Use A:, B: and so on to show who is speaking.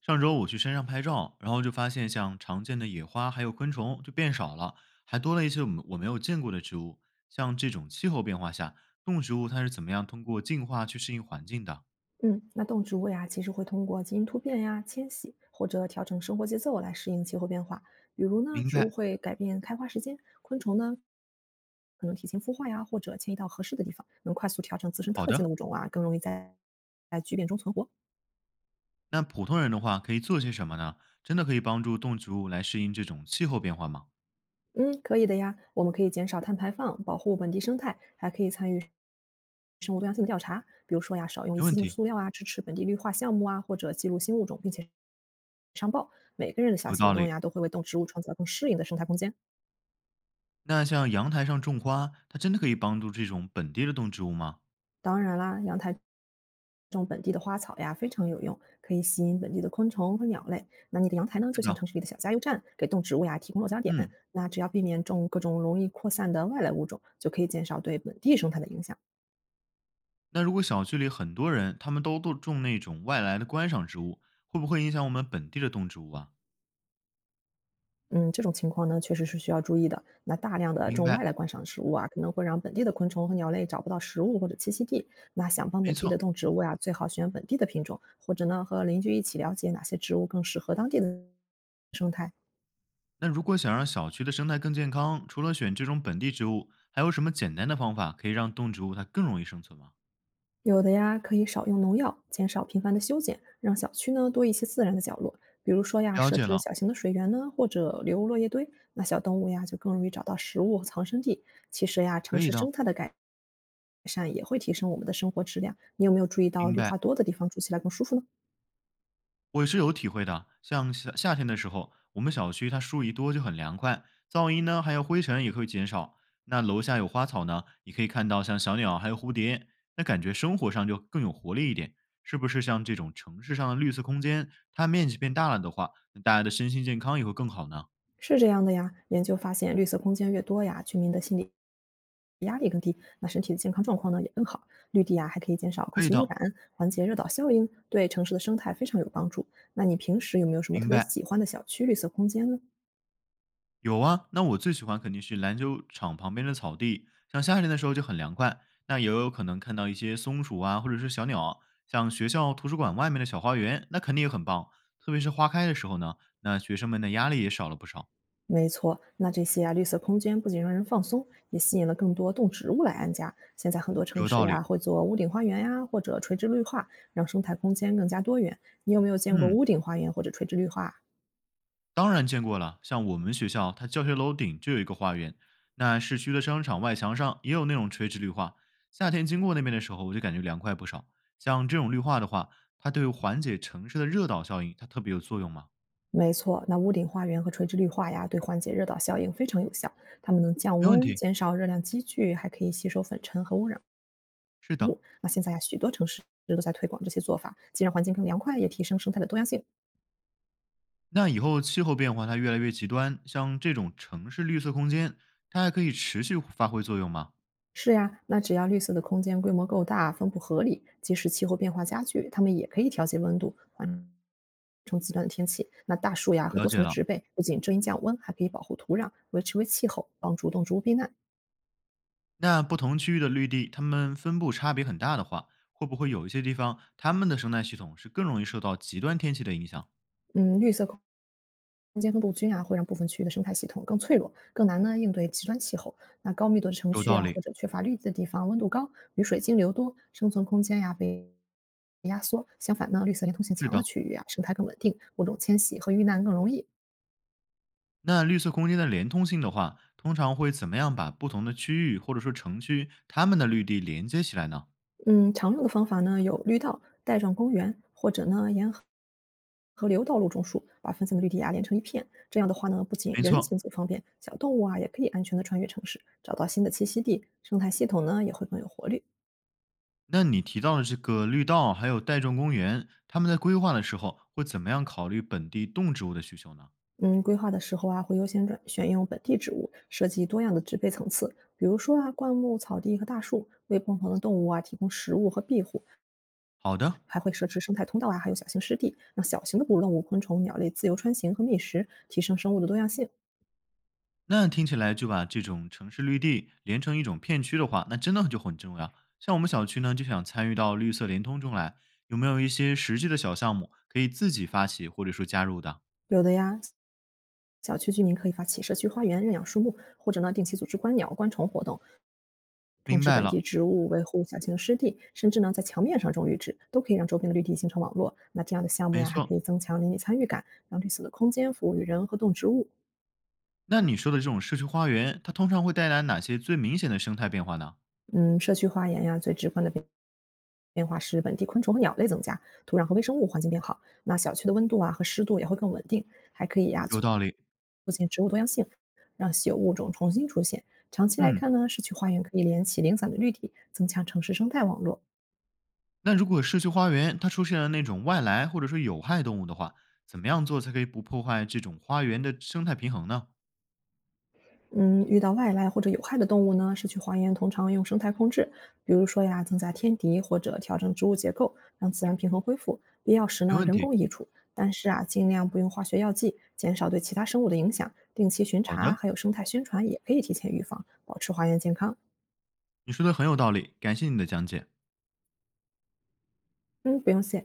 A: 上周我去山上拍照，然后就发现像常见的野花还有昆虫就变少了，还多了一些我没有见过的植物。像这种气候变化下，动植物它是怎么样通过进化去适应环境的？
B: 嗯，那动植物呀，其实会通过基因突变呀、迁徙或者调整生活节奏来适应气候变化。比如呢，
A: 明
B: 植物
A: 白。
B: 会改变开花时间，昆虫呢可能提前孵化呀，或者迁移到合适的地方，能快速调整自身
A: 好
B: 特性的
A: 的，
B: 物种啊，更容易在巨变中存活。
A: 那普通人的话可以做些什么呢？真的可以帮助动植物来适应这种气候变化吗？
B: 嗯，可以的呀，我们可以减少碳排放，保护本地生态，还可以参与生物多样性的调查，比如说呀，少用一
A: 没
B: 次
A: 问
B: 性的
A: 题，
B: 塑料啊，支持本地绿化项目啊，或者记录新物种，并且上报。每个人的小
A: 有道
B: 行动
A: 理。
B: 呀，都会为动植物创造更适应的生态空间。
A: 那像阳台上种花，它真的可以帮助这种本地的动植物吗？
B: 当然啦，阳台种本地的花草呀，非常有用，可以吸引本地的昆虫和鸟类。那你的阳台呢，
A: 是
B: 就像
A: 的，
B: 城市里的小加油站，给动植物呀提供落脚点。
A: 嗯，
B: 那只要避免种各种容易扩散的外来物种，就可以减少对本地生态的影响。
A: 那如果小区里很多人，他们都种那种外来的观赏植物，会不会影响我们本地的动植物啊？
B: 嗯，这种情况呢，确实是需要注意的。那大量的
A: 明
B: 种外
A: 白，
B: 来观赏植物啊，可能会让本地的昆虫和鸟类找不到食物或者栖息地。那想帮
A: 没
B: 本地的
A: 错。
B: 动植物呀，最好选本地的品种，或者呢和邻居一起了解哪些植物更适合当地的生态。
A: 那如果想让小区的生态更健康，除了选这种本地植物，还有什么简单的方法可以让动植物它更容易生存吗？
B: 有的呀，可以少用农药，减少频繁的修剪，让小区呢多一些自然的角落。比如说呀，
A: 了
B: 设
A: 解
B: 置
A: 了，
B: 小型的水源呢，或者留落叶堆，那小动物呀就更容易找到食物和藏身地。其实呀，
A: 可
B: 城市
A: 以的，
B: 生态的改善也会提升我们的生活质量。你有没有注意到
A: 明
B: 绿
A: 白。
B: 化多的地方住起来更舒服呢？
A: 我是有体会的，像夏天的时候，我们小区它树一多就很凉快，噪音呢还有灰尘也会减少。那楼下有花草呢，你可以看到像小鸟还有蝴蝶，那感觉生活上就更有活力一点。是不是像这种城市上的绿色空间，它面积变大了的话，那大家的身心健康也会更好呢？
B: 是这样的呀，研究发现，绿色空间越多呀，居民的心理压力更低，那身体的健康状况呢也更好。绿地呀还可以减少空
A: 可以
B: 气污
A: 的，
B: 染，缓解热岛效应，对城市的生态非常有帮助。那你平时有没有什么特
A: 明
B: 别
A: 白。
B: 喜欢的小区绿色空间呢？
A: 有啊，那我最喜欢肯定是篮球场旁边的草地，像夏天的时候就很凉快。那也有可能看到一些松鼠啊，或者是小鸟，像学校图书馆外面的小花园，那肯定也很棒。特别是花开的时候呢，那学生们的压力也少了不少。
B: 没错，那这些啊绿色空间不仅让人放松，也吸引了更多动植物来安家。现在很多城
A: 有
B: 市
A: 道
B: 呀
A: 理，
B: 会做屋顶花园呀，或者垂直绿化，让生态空间更加多元。你有没有见过
A: 嗯，
B: 屋顶花园或者垂直绿化啊？
A: 当然见过了。像我们学校，它教学楼顶就有一个花园，那市区的商场外墙上也有那种垂直绿化。夏天经过那边的时候，我就感觉凉快不少。像这种绿化的话，它对缓解城市的热岛效应，它特别有作用吗？
B: 没错，那屋顶花园和垂直绿化呀，对缓解热岛效应非常有效。它们能降
A: 没问
B: 温、
A: 题，
B: 减少热量积聚，还可以吸收粉尘和污染
A: 是的。
B: 物。那现在呀，许多城市都在推广这些做法，既让环境更凉快，也提升生态的多样性。
A: 那以后气候变化它越来越极端，像这种城市绿色空间，它还可以持续发挥作用吗？
B: 是呀，那只要绿色的空间规模够大、分布合理，即使气候变化加剧，它们也可以调节温度，缓冲极端的天气。那大树呀和
A: 了
B: 多
A: 解
B: 层的
A: 了。
B: 植被不仅遮阴降温，还可以保护土壤，维持微气候，帮助动植物避难。
A: 那不同区域的绿地，它们分布差别很大的话，会不会有一些地方它们的生态系统是更容易受到极端天气的影响？
B: 嗯，绿色。空间分布均啊，会让部分区域的生态系统更脆弱，更难呢应对极端气候。那高密度的城
A: 有
B: 区
A: 道
B: 啊，
A: 理，
B: 或者缺乏绿地的地方，温度高，雨水径流多，生存空间呀、被压缩。相反呢，绿色连通性
A: 是
B: 强的
A: 的。
B: 区域啊，生态更稳定，物种迁徙和遇难更容易。
A: 那绿色空间的连通性的话，通常会怎么样把不同的区域或者说城区它们的绿地连接起来呢？
B: 嗯，常用的方法呢有绿道、带状公园，或者呢沿河流道路种树，把分散的绿地啊连成一片。这样的话呢，不仅
A: 没
B: 人
A: 错，
B: 行走方便，小动物啊也可以安全的穿越城市，找到新的栖息地，生态系统呢也会更有活力。
A: 那你提到的这个绿道还有带状公园，他们在规划的时候会怎么样考虑本地动植物的需求呢？
B: 嗯，规划的时候啊，会优先转选用本地植物，设计多样的植被层次，比如说啊，灌木、草地和大树，为不同的动物啊提供食物和庇护，
A: 好的，
B: 还会设置生态通道啊，还有小型湿地，让小型的哺乳动物、昆虫、鸟类自由穿行和觅食，提升生物的多样性。
A: 那听起来就把这种城市绿地连成一种片区的话，那真的就很重要。像我们小区呢，就想参与到绿色联通中来，有没有一些实际的小项目可以自己发起或者说加入的？
B: 有的呀，小区居民可以发起社区花园认养树木，或者呢定期组织观鸟、观虫活动，种
A: 明
B: 植
A: 白
B: 本地
A: 了，
B: 植物，维护小型湿地，甚至呢在墙面上种绿植，都可以让周边的绿地形成网络。那这样的项目
A: 没
B: 呀，还可
A: 错。
B: 以增强邻里参与感，让绿色的空间服务于人和动植物。
A: 那你说的这种社区花园，它通常会带来哪些最明显的生态变化呢？
B: 嗯，社区花园呀，最直观的变化是本地昆虫和鸟类增加，土壤和微生物环境变好。那小区的温度啊和湿度也会更稳定，还可以呀
A: 有
B: 促
A: 道理，
B: 促进植物多样性，让稀有物种重新出现。长期来
A: 嗯。
B: 看呢，社区花园可以连起零散的绿地，增强城市生态网络。
A: 那如果社区花园它出现了那种外来或者说有害动物的话，怎么样做才可以不破坏这种花园的生态平衡呢？
B: 嗯，遇到外来或者有害的动物呢，是去还原通常用生态控制，比如说呀，增加天敌或者调整植物结构，让自然平衡恢复。必要时
A: 没
B: 呢，
A: 问
B: 人
A: 题，
B: 工移除，但是啊，尽量不用化学药剂，减少对其他生物的影响。定期巡
A: 好
B: 查
A: 的，
B: 还有生态宣传也可以提前预防，保持花园健康。
A: 你说的很有道理，感谢你的讲解。
B: 嗯，不用谢。